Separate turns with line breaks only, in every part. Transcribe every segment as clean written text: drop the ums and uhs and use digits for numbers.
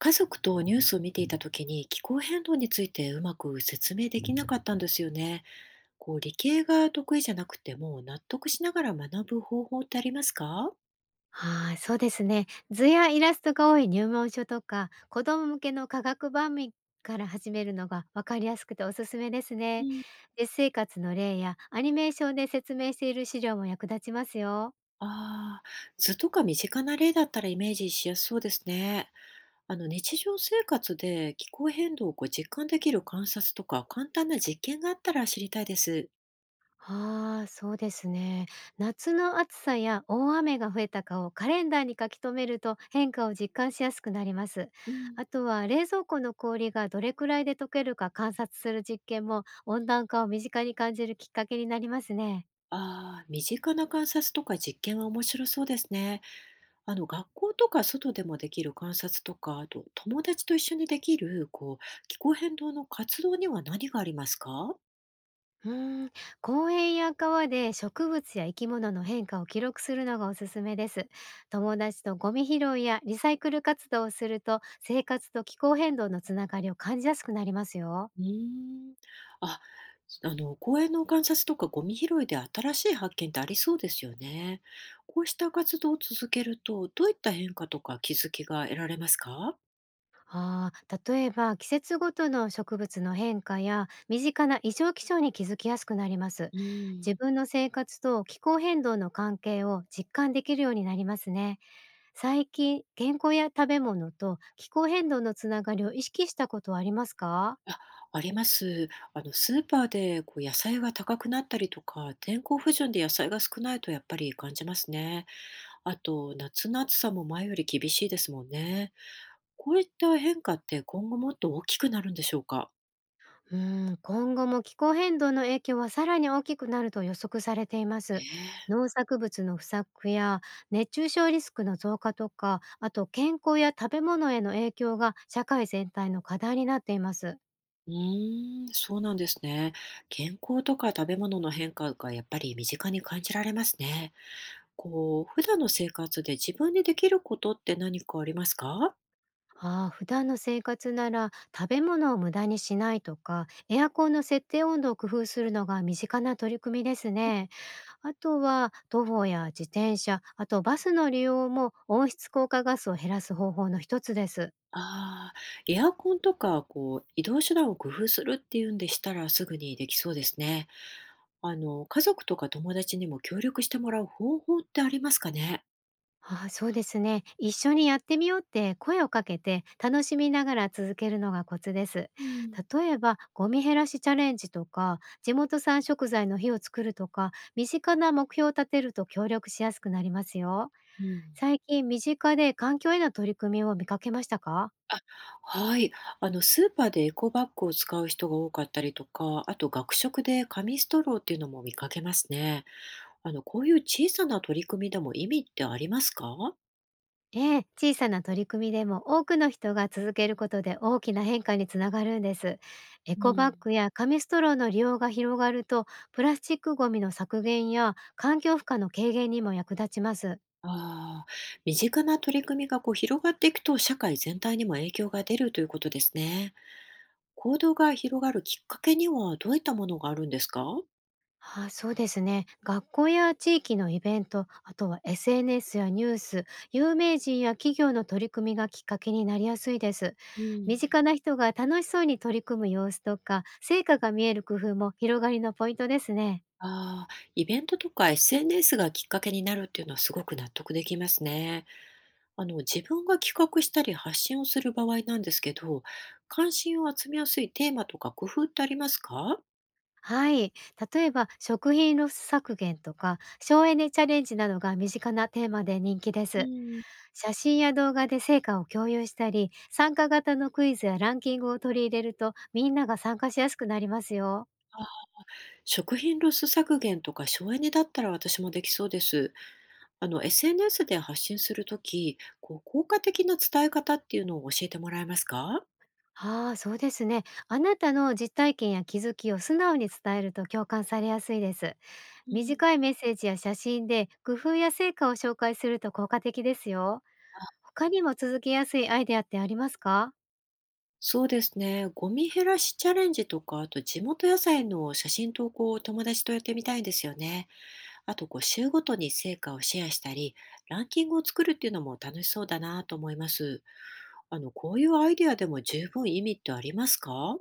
家族とニュースを見ていた時に気候変動についてうまく説明できなかったんですよね。理系が得意じゃなくても納得しながら学ぶ方法ってありますか？
はい、そうですね。図やイラストが多い入門書とか、子供向けの科学番組から始めるのが分かりやすくておすすめです
う
ね。
ん。
実生活の例やアニメーションで説明している資料も役立ちますよ。
ああ、図とか身近な例だったらイメージしやすそうですね。あの、日常生活で気候変動を実感できる観察とか簡単な実験があったら知りたいです。
ああ、そうですね。夏の暑さや大雨が増えたかをカレンダーに書き留めると変化を実感しやすくなります。
うん。
あとは冷蔵庫の氷がどれくらいで溶けるか観察する実験も温暖化を身近に感じるきっかけになりますね。
ああ、身近な観察とか実験は面白そうですね。あの、学校とか外でもできる観察とか、あと友達と一緒にできる気候変動の活動には何がありますか？
うーん、公園や川で植物や生き物の変化を記録するのがおすすめです。友達とゴミ拾いやリサイクル活動をすると生活と気候変動のつながりを感じやすくなりますよ。
うーん。あ、あの、公園の観察とかゴミ拾いで新しい発見ってありそうですよね。こうした活動を続けると、どういった変化とか気づきが得られますか？
ああ、例えば季節ごとの植物の変化や身近な異常気象に気づきやすくなります。
う
自
ん。
分の生活と気候変動の関係を実感できるようになりますね。最近、健康や食べ物と気候変動のつながりを意識したことはありますか？
あります。あの、スーパーで野菜が高くなったりとか、天候不順で野菜が少ないとやっぱり感じますね。あと、夏の暑さも前より厳しいですもんね。こういった変化って今後もっと大きくなるんでしょうか？
うん、今後も気候変動の影響はさらに大きくなると予測されていま
え
す。
え。
農作物の不作や熱中症リスクの増加とか、あと健康や食べ物への影響が社会全体の課題になっています。
うーん、そうなんですね。健康とか食べ物の変化がやっぱり身近に感じられますね。こう、普段の生活で自分でできることって何かありますか？
ああ、普段の生活なら食べ物を無駄にしないとか、エアコンの設定温度を工夫するのが身近な取り組みですね。あとは徒歩や自転車、あとバスの利用も温室効果ガスを減らす方法の一つです。
ああー、エアコンとか、こう、移動手段を工夫するっていうんでしたら、すぐにできそうですね。あの、家族とか友達にも協力してもらう方法ってありますかね？
ああ、そうですね。一緒にやってみようって声をかけて楽しみながら続けるのがコツです。
うん。
例えば、ゴミ減らしチャレンジとか、地元産食材の日を作るとか、身近な目標を立てると協力しやすくなりますよ。
うん。
最近、身近で環境への取り組みを見かけましたか？
あ、はい。あの、スーパーでエコバッグを使う人が多かったりとか、あと学食で紙ストローっていうのも見かけますね。あの、こういう小さな取り組みでも意味ってありますか？
ええ、小さな取り組みでも多くの人が続けることで大きな変化につながるんです。エ
う
コバッ
ん。
グや紙ストローの利用が広がると、プラスチックごみの削減や環境負荷の軽減にも役立ちます。
ああ、身近な取り組みが広がっていくと社会全体にも影響が出るということですね。行動が広がるきっかけにはどういったものがあるんですか？
ああ、そうですね。学校や地域のイベント、あとは SNS やニュース、有名人や企業の取り組みがきっかけになりやすいです。
う
身
ん。
近な人が楽しそうに取り組む様子とか、成果が見える工夫も広がりのポイントですね。
ああ、イベントとか SNS がきっかけになるっていうのはすごく納得できますね。あの、自分が企画したり発信をする場合なんですけど、関心を集めやすいテーマとか工夫ってありますか？
はい。例えば、食品ロス削減とか、省エネチャレンジなどが身近なテーマで人気で
う
す。
ん、
写真や動画で成果を共有したり、参加型のクイズやランキングを取り入れると、みんなが参加しやすくなりますよ。
食品ロス削減とか省エネだったら私もできそうです。あの、SNS で発信するとき、こう、効果的な伝え方っていうのを教えてもらえますか？
ああ、そうですね。あなたの実体験や気づきを素直に伝えると共感されやすいです。
うん、
短いメッセージや写真で工夫や成果を紹介すると効果的ですよ。
あ、
他にも続けやすいアイデアってありますか？
そうですね。ゴミ減らしチャレンジとか、あと地元野菜の写真投稿を友達とやってみたいんですよね。あと、こう、週ごとに成果をシェアしたり、ランキングを作るっていうのも楽しそうだなと思います。あの、こういうアイデアでも十分意味ってありますか？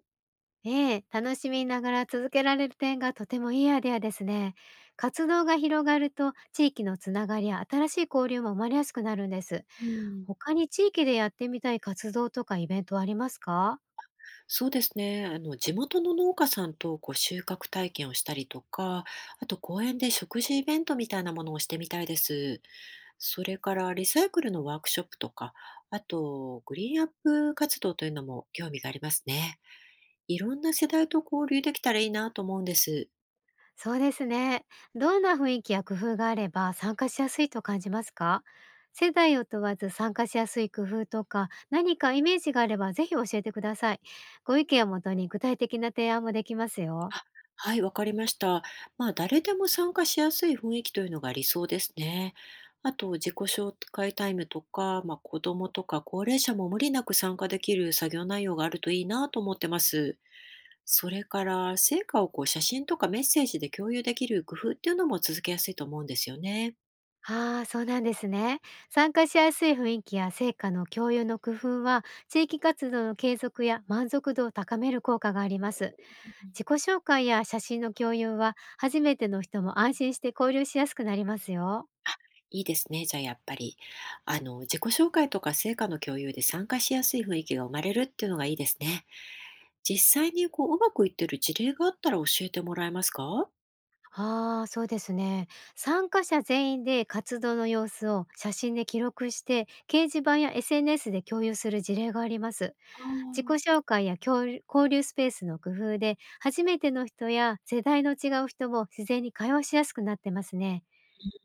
ええ、楽しみながら続けられる点がとてもいいアイデアですね。活動が広がると地域のつながりや新しい交流も生まれやすくなるんです。
うん、
他に地域でやってみたい活動とかイベントはありますか？
そうですね。あの、地元の農家さんと収穫体験をしたりとか、あと公園で食事イベントみたいなものをしてみたいです。それからリサイクルのワークショップとか、あとグリーンアップ活動というのも興味がありますね。いろんな世代と交流できたらいいなと思うんです。
そうですね。どんな雰囲気や工夫があれば参加しやすいと感じますか？世代を問わず参加しやすい工夫とか何かイメージがあればぜひ教えてください。ご意見をもとに具体的な提案もできますよ。
あ、はい、わかりました。まあ、誰でも参加しやすい雰囲気というのが理想ですね。あと、自己紹介タイムとか、まあ、子供とか高齢者も無理なく参加できる作業内容があるといいなと思ってます。それから、成果を写真とかメッセージで共有できる工夫っていうのも続けやすいと思うんですよね。
ああ、そうなんですね。参加しやすい雰囲気や成果の共有の工夫は、地域活動の継続や満足度を高める効果があります。
う
自己
ん、
紹介や写真の共有は、初めての人も安心して交流しやすくなりますよ。
いいですね。じゃあやっぱり、あの、自己紹介とか成果の共有で参加しやすい雰囲気が生まれるっていうのがいいですね。実際に、うまくいってる事例があったら教えてもらえますか？
ああ、そうですね。参加者全員で活動の様子を写真で記録して、掲示板や SNS で共有する事例があります。
あ
自己
あ。
紹介や交流スペースの工夫で、初めての人や世代の違う人も自然に会話しやすくなってますね。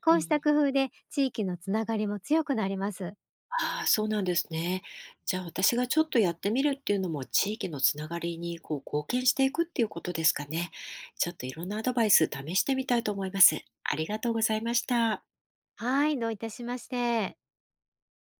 こ
う
うした
ん。
工夫で地域のつながりも強くなります。
ああ、そうなんですね。じゃあ、私がちょっとやってみるっていうのも、地域のつながりに、貢献していくっていうことですかね。ちょっといろんなアドバイス試してみたいと思います。ありがとうございました。
はい、どういたしまして。